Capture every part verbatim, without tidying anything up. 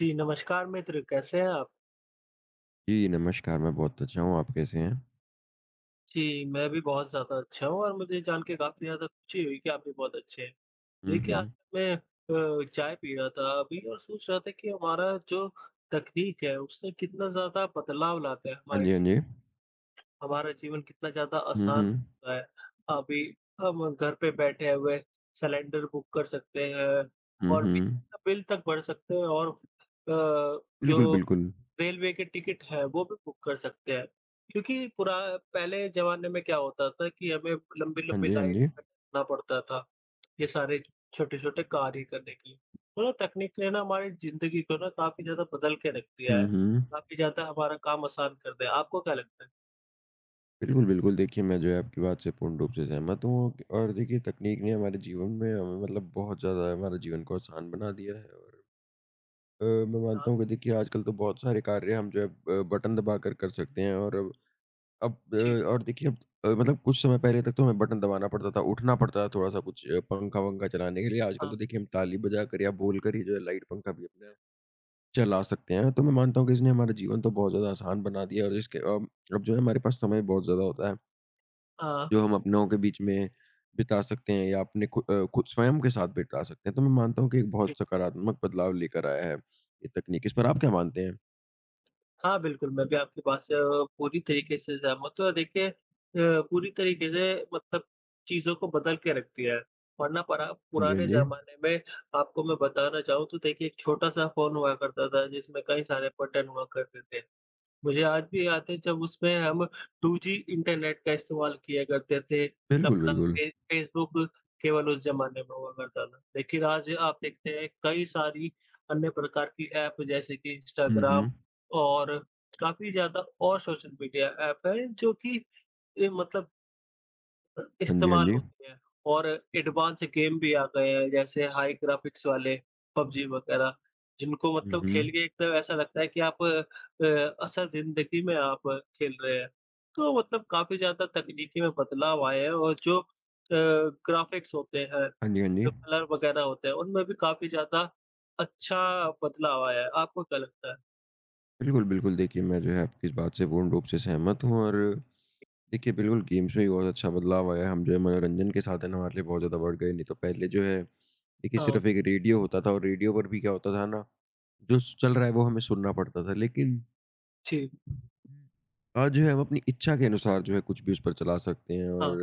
जी, नमस्कार मित्र, कैसे हैं आप? जी, नमस्कार, मैं बहुत अच्छा हूँ, आप कैसे हैं? जी, मैं भी बहुत ज़्यादा अच्छा हूँ और मुझे जान के काफ़ी ज़्यादा खुशी हुई कि आप भी बहुत अच्छे हैं। हुँ, देखिए, आज हुँ। मैं अ, चाय पी रहा था अभी और सोच रहा था कि हमारा जो तकनीक है, उससे कितना ज़्यादा बदलाव लाता है हाँ हमारे जी, हाँ जी जी। हमारा जीवन कितना ज़्यादा हुँ, आसान हुँ। होता है। अभी हम घर पे बैठे हुए सिलेंडर बुक कर सकते हैं हुँ, और हुँ। बिजली का बिल तक भर सकते हैं और अ, बिल्कुल, जो बिल्कुल। रेलवे के टिकट है, वो भी बुक कर सकते हैं। क्योंकि पुरा पहले ज़माने में क्या होता था कि हमें हाँ लंबी-लंबी जी, हाँ लाइन जी। में लगना पड़ता था, ये सारे छोटे-छोटे कार्य करने के लिए। तो ना तकनीक ने ना हमारी ज़िंदगी को ना काफ़ी ज़्यादा बदल के रख दिया है, हुँ, हुँ। काफ़ी ज़्यादा हमारा काम आसान कर दिया है। आपको क्या लगता है? बिल्कुल, बिल्कुल, देखिए मैं जो है आपकी बात से पूर्ण रूप से सहमत हूँ और देखिए तकनीक ने हमारे जीवन में हमें मतलब बहुत ज़्यादा हमारे जीवन को आसान बना दिया है और अ, मैं हाँ, मानता हूँ कि देखिए आजकल तो बहुत सारे कार्य हम जो है अ, बटन दबाकर कर कर सकते हैं और अब अ, जी। और देखिए अब अ, मतलब कुछ समय पहले तक तो हमें बटन दबाना पड़ता था, उठना पड़ता था थोड़ा-सा कुछ अ, पंखा-वंखा चलाने के लिए, आजकल हाँ, तो देखिए हम ताली बजा कर या बोल कर ही जो है लाइट पंखा भी अपना चला सकते हैं। तो मैं मानता हूँ कि इसने हमारा जीवन तो बहुत ज़्यादा आसान बना दिया है और इसके अम, अब जो है हमारे पास समय बहुत ज़्यादा होता है, हाँ। जो हम अपनों के बीच में बिता सकते हैं या अपने खु अ, खुद स्वयं के साथ बिता सकते हैं। तो मैं मानता हूँ कि एक बहुत सकारात्मक बदलाव लेकर आया है ये तकनीक। इस पर आप क्या मानते हैं? हाँ, बिल्कुल, मैं भी आपकी बात से अ, पूरी तरीके से सहमत हूँ और देखिए अ, पूरी तरीके से मतलब चीज़ों को बदल के रखती है। वरना परा हाँ जी, हाँ पुराने जी। ज़माने में आपको मैं बताना चाहूँ तो देखिए एक छोटा-सा फ़ोन हुआ करता था जिसमें कई सारे बटन हुआ करते थे। मुझे आज भी याद है जब उसमें हम टू जी इंटरनेट का इस्तेमाल किया करते थे। बिल्कुल, अपना बिल्कुल। फ़े फ़ेसबुक केवल उस ज़माने में हुआ करता था। लेकिन आज आप देखते हैं कई सारी अन्य प्रकार की ऐप जैसे कि हुँ, इंस्टाग्राम हुँ। और काफ़ी ज़्यादा और सोशल मीडिया ऐप है जो कि ए, मतलब हाँ जी, हाँ इस्तेमाल जी। होती है और एडवांस गेम भी आ गए हैं जैसे हाई ग्राफिक्स वाले पबजी वगैरह जिनको हुँ, मतलब खेल हुँ। के एकदम ऐसा लगता है कि आप अ, असल जिंदगी में आप खेल रहे हैं। तो मतलब काफ़ी ज़्यादा तकनीकी में बदलाव आए हैं और जो अ, ग्राफिक्स होते हैं, हाँ जी, हाँ जी। जो कलर वगैरह होते हैं उनमें भी काफ़ी ज़्यादा अच्छा बदलाव आया है। आपको क्या लगता है? बिल्कुल, बिल्कुल देखिए मैं जो है आपकी इस बात से पूर्ण रूप से सहमत हूँ और देखिए बिल्कुल गेम्स में भी बहुत अच्छा बदलाव आया है। हम जो है मनोरंजन के साधन हमारे लिए बहुत ज़्यादा बढ़ गए। नहीं तो पहले जो है देखिए हाँ, सिर्फ़ एक रेडियो होता था और रेडियो पर भी क्या होता था ना, जो स चल रहा है वो हमें सुनना पड़ता था। लेकिन जी। अ, जो है हम अपनी इच्छा के अनुसार जो है कुछ भी उस पर चला सकते हैं और हाँ,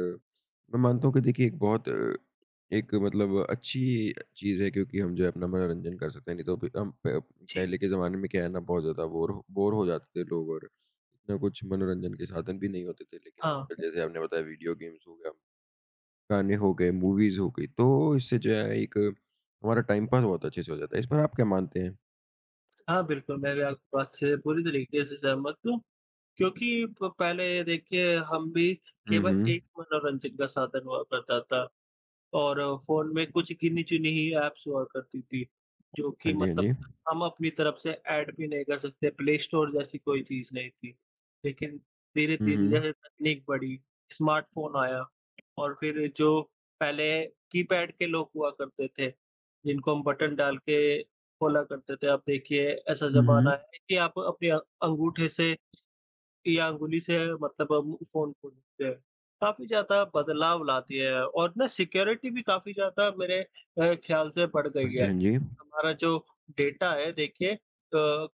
मैं मानता हूँ कि देखिए एक बहुत अ, एक मतलब अच्छी चीज़ है क्योंकि हम जो है अपना मनोरंजन कर सकते हैं। नहीं तो भी हम प जी। पहले के ज़माने में क्या है ना बहुत ज़्यादा बोर बोर हो जाते थे लोग और इतना कुछ मनोरंजन के साधन भी नहीं होते थे। लेकिन हाँ, आजकल जैसे आपने बताया वीडियो गेम्स हो गया, गाने हो गए, मूवीज़ हो गई, तो इससे जो है एक हमारा टाइम पास बहुत अच्छे से हो जाता है। इस पर आप क्या मानते हैं? हाँ बिल्कुल, मैं भी आपकी बात से पूरी तरीके से सहमत हूँ। क्योंकि प पहले देखिए हम भी हुँ, केवल हुँ। एक मनोरंजन का साधन हुआ करता था और फ़ोन में कुछ गिनी-चुनी ही ऐप्स हुआ करती थी, जो कि हाँ जी, हाँ मतलब जी। हम अपनी तरफ से ऐड भी नहीं कर सकते, प्ले स्टोर जैसी कोई चीज़ नहीं थी। लेकिन हुँ, धीरे-धीरे हुँ। जैसे तकनीक बढ़ी, स्मार्टफ़ोन आया और फिर जो पहले कीपैड के लोग हुआ करते थे, जिनको हम बटन डाल के खोला करते थे, अब देखिए ऐसा हुँ, ज़माना हुँ। है कि आप अपने अ, अंगूठे से या अंगुली से मतलब हम फ़ोन खोलते हैं। काफ़ी ज़्यादा बदलाव लाती है और ना सिक्योरिटी भी काफ़ी ज़्यादा मेरे अ, ख़्याल से बढ़ हाँ गई जी, है। हाँ जी। हमारा जो डेटा है देखिए अ,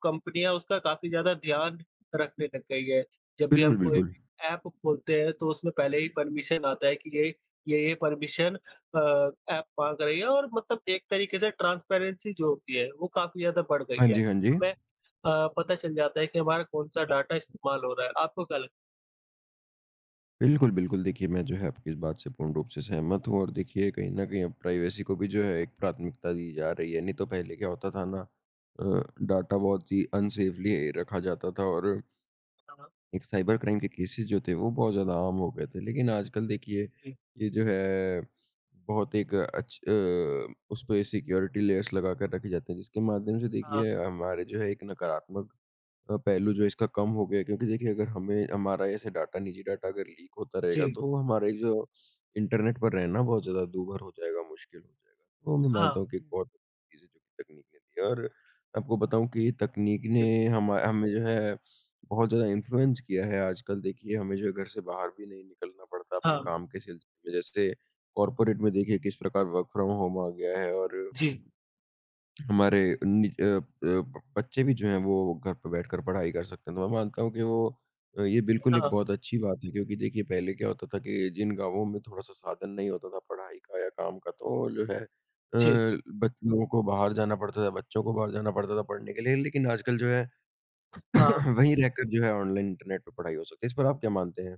कंपनियाँ उसका काफ़ी ज़्यादा ध्यान रखने लग गई है। जब भी हम बिल्कुल, कोई बिल्कुल। भी ऐप खोलते हैं तो उसमें पहले ही परमिशन आता है कि ये ये ये परमिशन अ, ऐप माँग रही है और मतलब एक तरीके से ट्रांसपेरेंसी जो होती है वो काफ़ी ज़्यादा बढ़ गई हाँ है। जी, हाँ जी। हमें अ, पता चल जाता है कि हमारा कौन-सा डाटा इस्तेमाल हो रहा है। आपको क्या लगता बिल्कुल, बिल्कुल देखिए मैं जो है आपकी इस बात से पूर्ण रूप से सहमत हूँ और देखिए कहीं न कहीं अब प्राइवेसी को भी जो है एक है? प्राथमिकता दी जा रही है। नहीं तो पहले क्या होता था ना अ, डाटा बहुत ही अनसेफली रखा जाता था और हाँ, हाँ। एक साइबर क्राइम के केसेस जो थे वो बहुत ज़्यादा आम हो गए थे। लेकिन आजकल देखिए जी। ये जो है बहुत एक अच्छ अ, उसपे सिक्योरिटी लेयर्स लगा कर रखे जाते हैं जिसके माध्यम से हाँ। देखिए हमारे जो है एक नकारात्मक अ, पहलू जो है इसका कम हो गया क्योंकि देखिए अगर हमें हमारा ऐसे डाटा निजी डाटा अगर लीक होता रहेगा जी। तो हमारा एक जो इंटरनेट पर रहना बहुत ज़्यादा दूभर हो जाएगा, मुश्किल हो जाएगा। तो मैं हाँ, मानता हूँ कि एक हुँ। बहुत अच्छी चीज़ है जो कि तकनीक ने दी है और आपको बताऊँ कि तकनीक ने जी। हमा हमें जो है बहुत ज़्यादा इन्फ्लुएंस किया है आजकल देखिए हमें जो है घर से बाहर भी नहीं निकलना पड़ता अपने हाँ। काम के सिलसिले में जैसे कॉर्पोरेट में देखिए किस प्रकार वर्क फ्रॉम होम आ गया है और जी। हमारे नि- अ, अ, ब- बच्चे भी जो हैं वो घर पर बैठकर पढ़ाई कर सकते हैं तो मैं मानता हूँ कि वो अ, ये बिल्कुल एक हाँ, बहुत अच्छी बात है क्योंकि देखिए पहले क्या होता था कि जिन गांवों में थोड़ा सा साधन नहीं होता था पढ़ाई का या काम का तो जो है अ, जी। बच- लोगों को बाहर जाना पड़ता था बच्चों को बाहर जाना पड़ता था पढ़ने के लिए लेकिन आजकल जो है हाँ। वहीं रहकर जो है ऑनलाइन इंटरनेट पे पढ़ाई हो सकती है। इस पर आप क्या मानते हैं?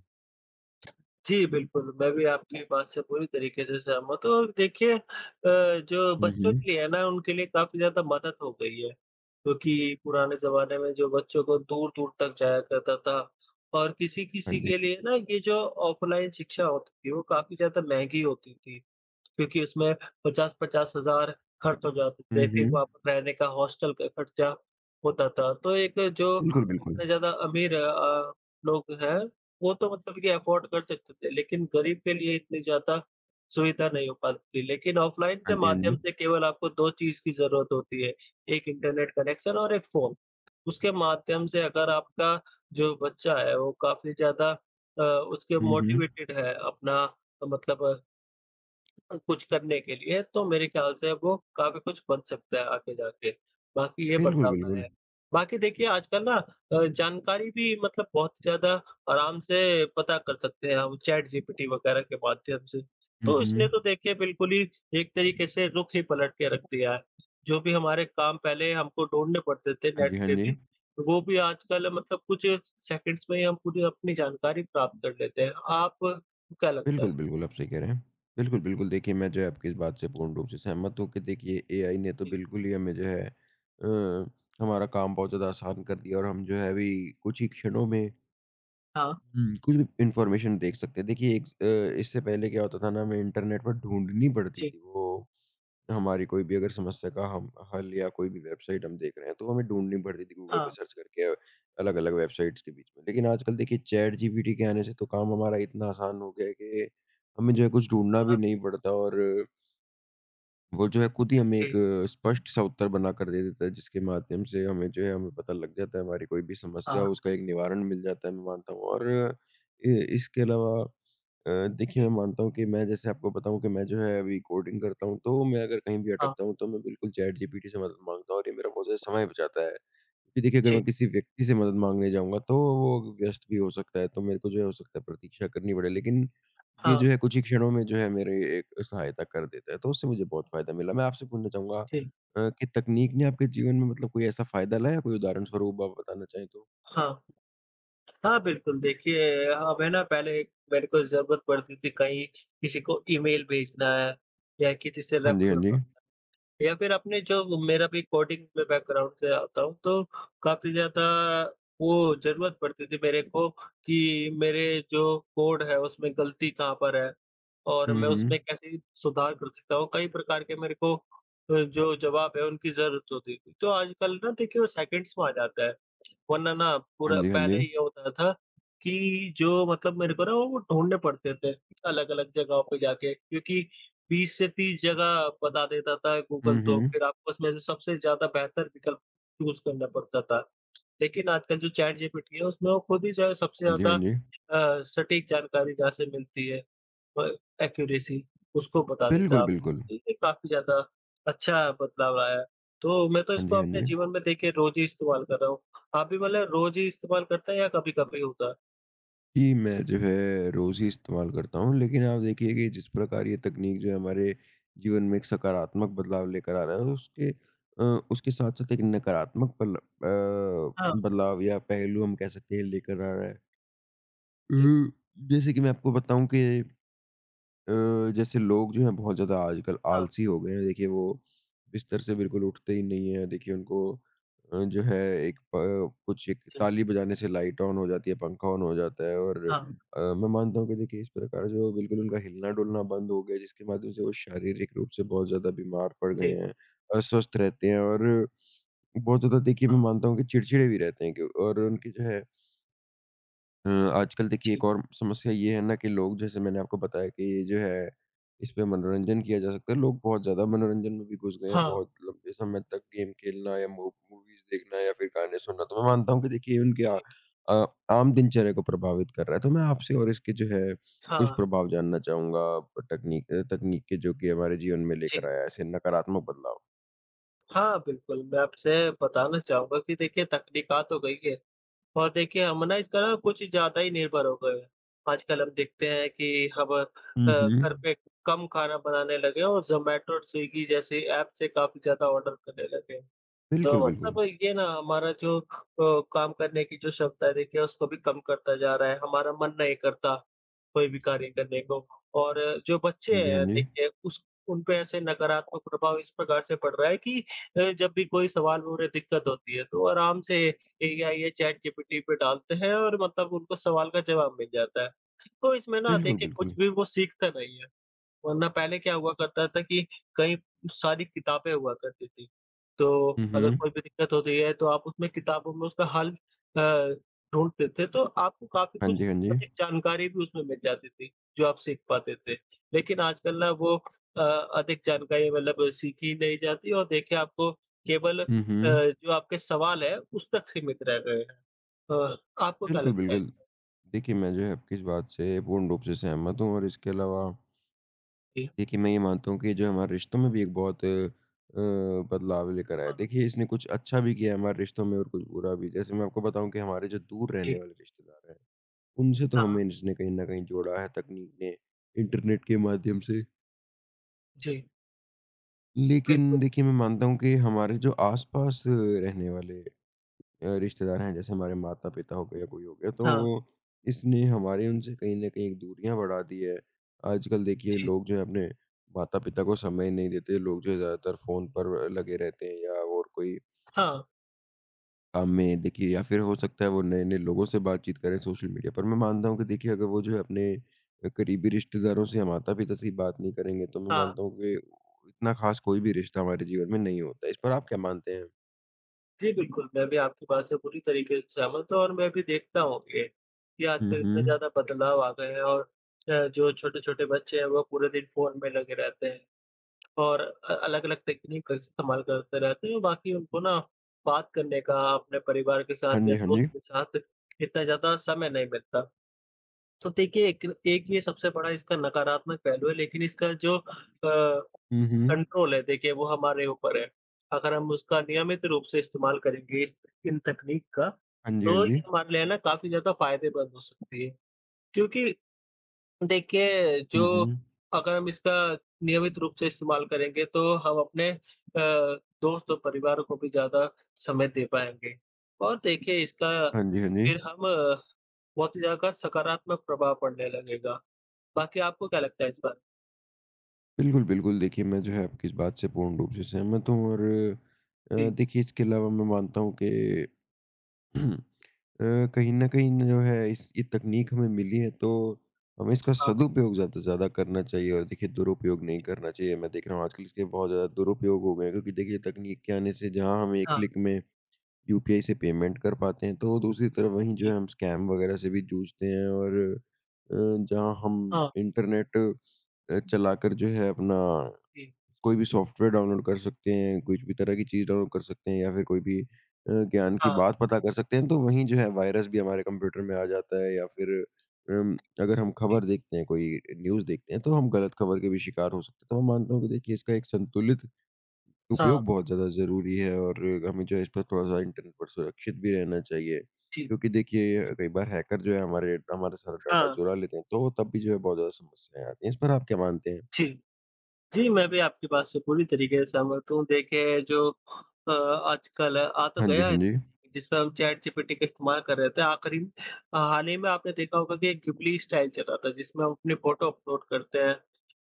जी, बिल्कुल, मैं भी आपकी बात से पूरी तरीके से सहमत हूँ और देखिए अ, जो हुँ, बच्चों हुँ। के लिए है ना, उनके लिए काफ़ी ज़्यादा मदद हो गई है, क्योंकि पुराने ज़माने में जो बच्चों को दूर-दूर तक जाया करता था और हाँ किसी-किसी जी, के हाँ लिए जी। ना ये जो ऑफ़लाइन शिक्षा होती थी, वो काफ़ी ज़्यादा महँगी होती थी। क्योंकि उसमें पचास पचास हज़ार खर्च हो जाते हुँ, थे, फिर हुँ। वापस रहने का हॉस्टल का खर्चा होता था। तो एक जो बिल्कुल, बिल्कुल। इतने ज़्यादा अमीर अ, लोग हैं, वो तो मतलब कि अफ़ोर्ड कर सकते थे, लेकिन गरीब के लिए इतनी ज़्यादा सुविधा नहीं हो पाती। लेकिन ऑफ़लाइन हाँ के जी, हाँ माध्यम जी। से केवल आपको दो चीज़ की ज़रूरत होती है, एक इंटरनेट कनेक्शन और एक फ़ोन। उसके माध्यम से अगर आपका जो बच्चा है, वो काफ़ी ज़्यादा अ, उसके हुँ, हुँ। मोटिवेटेड है अपना मतलब अ, कुछ करने के लिए, तो मेरे ख़्याल से वो काफ़ी कुछ बन सकता है आगे जाके, बाकी ये बिल्कुल, बताना बिल्कुल। है। बाकी देखिए आजकल ना अ, जानकारी भी मतलब बहुत ज़्यादा आराम से पता कर सकते हैं हम चैट जीपीटी वग़ैरह के माध्यम से। हुँ, तो इसने हुँ। तो देखिए बिल्कुल ही एक तरीके से रुख ही पलट के रख दिया है। जो भी हमारे काम पहले हमको ढूँढने पड़ते थे हाँ जी, नेट हाँ पे जी। भी, वो भी आजकल मतलब कुछ सेकंड्स में ही हम पूरी अपनी जानकारी प्राप्त कर लेते हैं। आप क्या लगता है? बिल्कुल, बिल्कुल, आप सही कह रहे हैं। बिल्कुल, बिल्कुल, देखिए मैं जो है आपकी इस बात से पूर्ण रूप से सहमत हूँ कि देखिए एआई ने तो जी। बिल्कुल ही हमें जो है अ, हमारा काम बहुत ज़्यादा आसान कर दिया और हम जो है अभी कुछ ही क्षणों में हाँ, हुँ, कुछ भी इन्फॉर्मेशन देख सकते हैं। देखिए एक अ, इससे पहले क्या होता था ना हमें इंटरनेट पर ढूँढनी पड़ती जी। थी वो हमारी कोई भी अगर समस्या का हम हल या कोई भी वेबसाइट हम देख रहे हैं, तो हमें ढूँढनी पड़ती थी गूगल पे हाँ। सर्च करके अलग-अलग वेबसाइट्स के बीच में। लेकिन आजकल देखिए चैट जीपीटी के आने से तो काम हमारा इतना आसान हो गया है कि हमें जो है कुछ ढूँढना हाँ, भी नहीं पड़ता और वो जो है खुद ही हमें जी, एक अ, स्पष्ट सा उत्तर बनाकर दे देता है जिसके माध्यम से हमें जो है हमें पता लग जाता है हमारी कोई भी समस्या हाँ, हो उसका एक निवारण मिल जाता है मैं मानता हूँ और अ, इ इसके अलावा अ, देखिए जी, मैं मानता हूँ कि मैं जैसे आपको बताऊँ कि मैं जो है अभी कोडिंग करता हूँ तो मैं अगर कहीं भी हाँ, अटकता हूँ तो मैं बिल्कुल चैट जीपीटी से मदद माँगता हूँ और ये मेरा बहुत ज़्यादा समय बचाता है। क्योंकि देखिए अगर जी, मैं किसी व्यक्ति से मदद माँगने जाऊँगा तो वो व्यस्त भी हो सकता है तो मेरे को जो है हो सकता है प्रतीक्षा करनी पड़े। लेकिन ये हाँ, जो है कुछ ही क्षणों में जो है मेरे एक सहायता कर देता है, तो उससे मुझे बहुत फ़ायदा मिला। मैं आपसे पूछना चाहूँगा जी, अ, कि तकनीक ने आपके जीवन में मतलब कोई ऐसा फ़ायदा लाया? कोई उदाहरण स्वरूप आप बताना चाहें तो? हाँ। हाँ, बिल्कुल देखिए हमें ना पहले मेरे को ज़रूरत पड़ती थी कहीं किसी को ईमेल भेजना है या किसी से हाँ रफ जी, हाँ जी। या फिर अपने जो मेरा भी कोडिंग में बैकग्राउंड से आता हूँ, तो काफ़ी ज़्यादा वो ज़रूरत पड़ती थी मेरे को कि मेरे जो कोड है, उसमें गलती कहाँ पर है और हुँ, मैं उसमें हुँ। कैसे सुधार कर सकता हूँ। कई प्रकार के मेरे को अ, जो जवाब है, उनकी ज़रूरत होती थी। तो आजकल ना देखिए वो सेकंड्स में आ जाता है। वरना ना हाँ पूरा जी, हाँ पहले जी। ये होता था कि जो मतलब मेरे को ना वो ढूँढने पड़ते थे, अलग-अलग जगहों पे जाके क्योंकि बीस से तीस जगह बता देता था हुँ, गूगल तो, हुँ। फिर आपको उसमें से सबसे ज़्यादा बेहतर विकल्प चूज़ करना पड़ता था। लेकिन आजकल जो चैट जीपीटी है उसमें वो खुद ही जो है सबसे हाँ जी, हाँ ज़्यादा जी। अ, सटीक जानकारी जहाँ से मिलती है। प एक्यूरेसी उसको बता देता है बिल्कुल, बिल्कुल। आपको। ये काफ़ी ज़्यादा अच्छा बदलाव आया है। तो मैं तो हाँ इसको जी, हाँ अपने जी। जीवन में देखिए रोज़ ही इस्तेमाल कर रहा हूँ। आप भी मतलब रोज़ ही इस्तेमाल करते हैं या कभी-कभी होता है? जी, मैं जो है रोज़ ही इस्तेमाल करता हूँ, लेकिन आप देखिए कि जिस प्रकार ये तकनीक जो है हमारे जीवन में एक सकारात्मक बदलाव लेकर आ रहा है, उसके अ, उसके साथ-साथ एक नकारात्मक पल अ, हाँ, बदलाव या पहलू हम कह सकते हैं लेकर आ रहा है। अ, जी। जैसे कि मैं आपको बताऊँ कि अ, जैसे लोग जो हैं बहुत ज़्यादा आजकल हाँ, आलसी हो गए हैं। देखिए वो बिस्तर से बिल्कुल उठते ही नहीं हैं। देखिए उनको अ, जो है एक प कुछ एक जी। ताली बजाने से लाइट ऑन हो जाती है, पंखा ऑन हो जाता है और हाँ, अ, मैं मानता हूँ कि देखिए इस प्रकार जो बिल्कुल उनका हिलना-डुलना बंद हो गया जिसके माध्यम से वो शारीरिक रूप से बहुत ज़्यादा बीमार पड़ गए जी। हैं, अस्वस्थ रहते हैं और बहुत ज़्यादा देखिए मैं हाँ, मानता हूँ कि चिड़चिड़े भी रहते हैं क्यों और उनकी जो है अ, आजकल देखिए जी। एक और समस्या ये है ना कि लोग जैसे मैंने आपको बताया कि ये जो है, इस पे मनोरंजन किया जा सकता है। लोग बहुत ज़्यादा मनोरंजन में भी घुस गए हैं, हाँ, बहुत लंबे समय तक गेम खेलना या मू मूवीज़ देखना या फिर गाने सुनना। तो मैं मानता हूँ कि देखिए उनके अ जी। अ, आम दिनचर्या को प्रभावित कर रहा है। तो मैं आपसे और इसके जो है हाँ, दुष्प्रभाव जानना चाहूँगा तकनीक अ, तकनीक के जो कि हमारे जीवन में लेकर जी। आया है ऐसे नकारात्मक बदलाव? हाँ, बिल्कुल, मैं आपसे बताना चाहूँगा कि देखिए तकनीकात हो गई है। और देखिए हम ना इसका ना कुछ ज़्यादा ही निर्भर हो गए हैं। आजकल हम देखते हैं कि हम अ, हुँ, हुँ। घर पे कम खाना बनाने लगे हैं और ज़ोमैटो और स्विगी जैसे ऐप से काफ़ी ज़्यादा ऑर्डर करने लगे हैं। बिल्कुल, तो बिल्कुल। मतलब ये ना हमारा जो अ, काम करने की जो क्षमता है देखिए उसको भी कम करता जा रहा है। हमारा मन नहीं करता कोई भी कार्य करने को और जो बच्चे हाँ जी, हाँ हैं जी। देखिए उस उन पे ऐसे नकारात्मक प्रभाव इस प्रकार से पड़ रहा है कि अ, जब भी कोई सवाल में उन्हें दिक्कत होती है तो आराम से एआई या चैट जीपीटी पे डालते हैं और मतलब उनको सवाल का जवाब मिल जाता है। तो इसमें ना बिल्कुल, देखिए कुछ बिल्कुल। भी वो सीखता नहीं है। वरना पहले क्या हुआ करता था कि कई सारी किताबें हुआ करती थी। तो हुँ, अगर हुँ। कोई भी दिक्कत होती है तो आप उसमें किताबों में उसका हल अ, ढूँढते थे तो आपको काफ़ी हाँ कुछ जी, हाँ जी। अधिक जानकारी भी उसमें मिल जाती थी, जो आप सीख पाते थे। लेकिन आजकल ना वो अ, अधिक जानकारी मतलब सीखी नहीं जाती और देखिए आपको केवल अ, हुँ, हुँ। जो आपके सवाल है उस तक सीमित रह गए हैं। अ, आपको क्या बिल्कुल, लगता है? इस बिल्कुल। बारे देखिए, मैं जो है आपकी इस बात से पूर्ण रूप से सहमत हूँ और इसके अलावा में? जी, देखिए, मैं ये मानता हूँ कि जो हमारे रिश्तों में भी एक बहुत अ, बदलाव लेकर आया। हाँ, देखिए, इसने कुछ अच्छा भी किया है हमारे रिश्तों में और कुछ बुरा भी। जैसे मैं आपको बताऊँ कि हमारे जो दूर रहने जी, वाले रिश्तेदार हैं, उनसे तो हाँ, हमें इसने कहीं न कहीं जोड़ा है तकनीक ने, इंटरनेट के माध्यम से। जी, लेकिन बिल्कुल। देखिए, मैं मानता हूँ कि हमारे जो आस-पास रहने वाले अ, रिश्तेदार हैं जैसे हमारे माता पिता हो गए या कोई हो गया तो हाँ, वो इसने हमारे उनसे कहीं न कहीं दूरियाँ बढ़ा दी है। आजकल देखिए जी, लोग जो है अपने माता पिता को समय नहीं देते, लोग जो है ज़्यादातर फ़ोन पर लगे रहते हैं या और कोई हाँ। काम में देखिए या फिर हो सकता है वो नए-नए लोगों से बातचीत करें सोशल मीडिया पर। मैं मानता हूँ कि देखिए अगर वो जो है अपने अ, करीबी रिश्तेदारों से या माता पिता से बात नहीं करेंगे तो मैं हाँ, मानता हूँ कि इतना ख़ास कोई भी रिश्ता हमारे जीवन में नहीं होता है। इस पर आप क्या मानते हैं? जी बिल्कुल, मैं भी आपकी बात से पूरी तरीके से सहमत हूँ और मैं भी देखता हूँ ये, कि हुँ, आजकल इतना हुँ। ज़्यादा बदलाव आ गए हैं और अ, जो छोटे-छोटे बच्चे हैं वो पूरे दिन फ़ोन में लगे रहते हैं और अ, अलग-अलग तकनीक का इस्तेमाल करते रहते हैं, बाकी उनको ना बात करने का अपने परिवार के हाँ साथ या जी, हाँ दोस्त जी। के साथ इतना ज़्यादा समय नहीं मिलता। तो देखिए एक एक ये सबसे बड़ा इसका नकारात्मक पहलू है, लेकिन इसका जो अ हुँ, हुँ। कंट्रोल है देखिए वो हमारे ऊपर है। अगर हम उसका नियमित रूप से इस्तेमाल करेंगे इस इन तकनीक का, हाँ जी, हाँ तो ये जी। हमारे लिए ना काफ़ी ज़्यादा फ़ायदेमंद हो सकती है। क्योंकि देखिए हुँ, जो हुँ। अगर हम इसका नियमित रूप से इस्तेमाल करेंगे तो हम अपने अ, दोस्त और परिवार को भी ज़्यादा समय दे पाएँगे। और देखिए इसका हाँ जी, हाँ जी। फिर हम अ, बहुत ही ज़्यादा सकारात्मक प्रभाव पड़ने लगेगा। बाकी आपको क्या लगता है इस बार? बिल्कुल, बिल्कुल देखिए मैं जो है आपकी इस बात से पूर्ण रूप से सहमत हूँ और अ, जी, देखिए इसके अलावा मैं मानता हूँ कि अ, कहीं न कहीं न जो है इस ये तकनीक हमें मिली है तो हमें इसका हाँ, सदुपयोग ज़्यादा से ज़्यादा करना चाहिए और देखिए दुरुपयोग नहीं करना चाहिए। मैं देख रहा हूँ आजकल इसके बहुत ज़्यादा दुरुपयोग हो गए हैं क्योंकि देखिए तकनीक के आने से जहाँ हमें एक हाँ, क्लिक में यूपीआई से पेमेंट कर पाते हैं, तो दूसरी तरफ वहीं जो जी, है हम स्कैम वगैरह से भी जूझते हैं और अ, जहाँ हम हाँ, इंटरनेट अ, चलाकर जो है अपना जी, कोई भी सॉफ्टवेयर डाउनलोड कर सकते हैं, कुछ भी तरह की चीज़ डाउनलोड कर सकते हैं या फिर कोई भी अ, ज्ञान की हाँ, बात पता कर सकते हैं, तो वहीं जो है वायरस भी हमारे कंप्यूटर में आ जाता है या फिर अम, अगर हम जी। खबर देखते हैं, कोई न्यूज़ देखते हैं, तो हम गलत खबर के भी शिकार हो सकते हैं। तो मैं मानता हूँ कि देखिए इसका एक संतुलित हाँ, उपयोग बहुत ज़्यादा ज़रूरी है और हमें जो है इस पर थोड़ा-सा इंटरनेट पर सुरक्षित भी रहना चाहिए। जी। क्योंकि देखिए कई बार हैकर जो है हमारे हमारा सारा डाटा हाँ, चुरा लेते हैं, तो तब भी जो है बहुत ज़्यादा समस्याएँ आती हैं। इस पर आप क्या मानते हैं? जी। जी, मैं भी आपकी बात से पूरी तरीके से सहमत हूँ। देखिए जो अ, आजकल आ तो हाँ जी, गया है हाँ जी। जिसमें हम चैट जीपीटी का इस्तेमाल कर रहे थे। आखिरी हाल ही में आपने देखा होगा कि एक गिबली स्टाइल चला था जिसमें हम अपनी फ़ोटो अपलोड करते हैं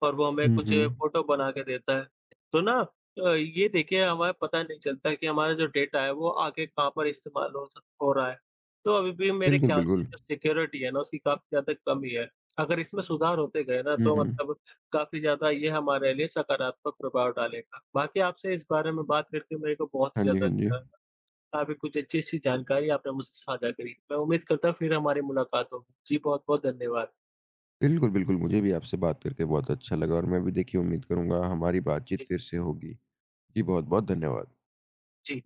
और वो हमें हुँ, कुछ हुँ। फ़ोटो बना के देता है। तो ना अ, ये देखिए हमें पता नहीं चलता कि हमारा जो डेटा है वो आगे कहाँ पर इस्तेमाल हो सक हो रहा है। तो अभी भी मेरे बिल्कुल, ख्याल से बिल्कुल। जो सिक्योरिटी है ना उसकी काफ़ी ज़्यादा कमी है। अगर इसमें सुधार होते गए ना हुँ, तो हुँ। मतलब काफ़ी ज़्यादा ये हमारे लिए सकारात्मक प्रभाव डालेगा। बाकी आपसे इस बारे में बात करके मेरे को बहुत ही हाँ जी, ज़्यादा हाँ जी। अच्छा लगा। काफ़ी कुछ अच्छी-अच्छी जानकारी आपने मुझसे साझा करी। मैं उम्मीद करता हूँ फिर हमारी मुलाकात होगी। जी, बहुत-बहुत धन्यवाद। बिल्कुल, बिल्कुल मुझे भी आपसे बात करके बहुत अच्छा लगा और मैं भी देखिए उम्मीद करूँगा हमारी बातचीत जी, फिर से होगी। जी, बहुत-बहुत धन्यवाद। जी।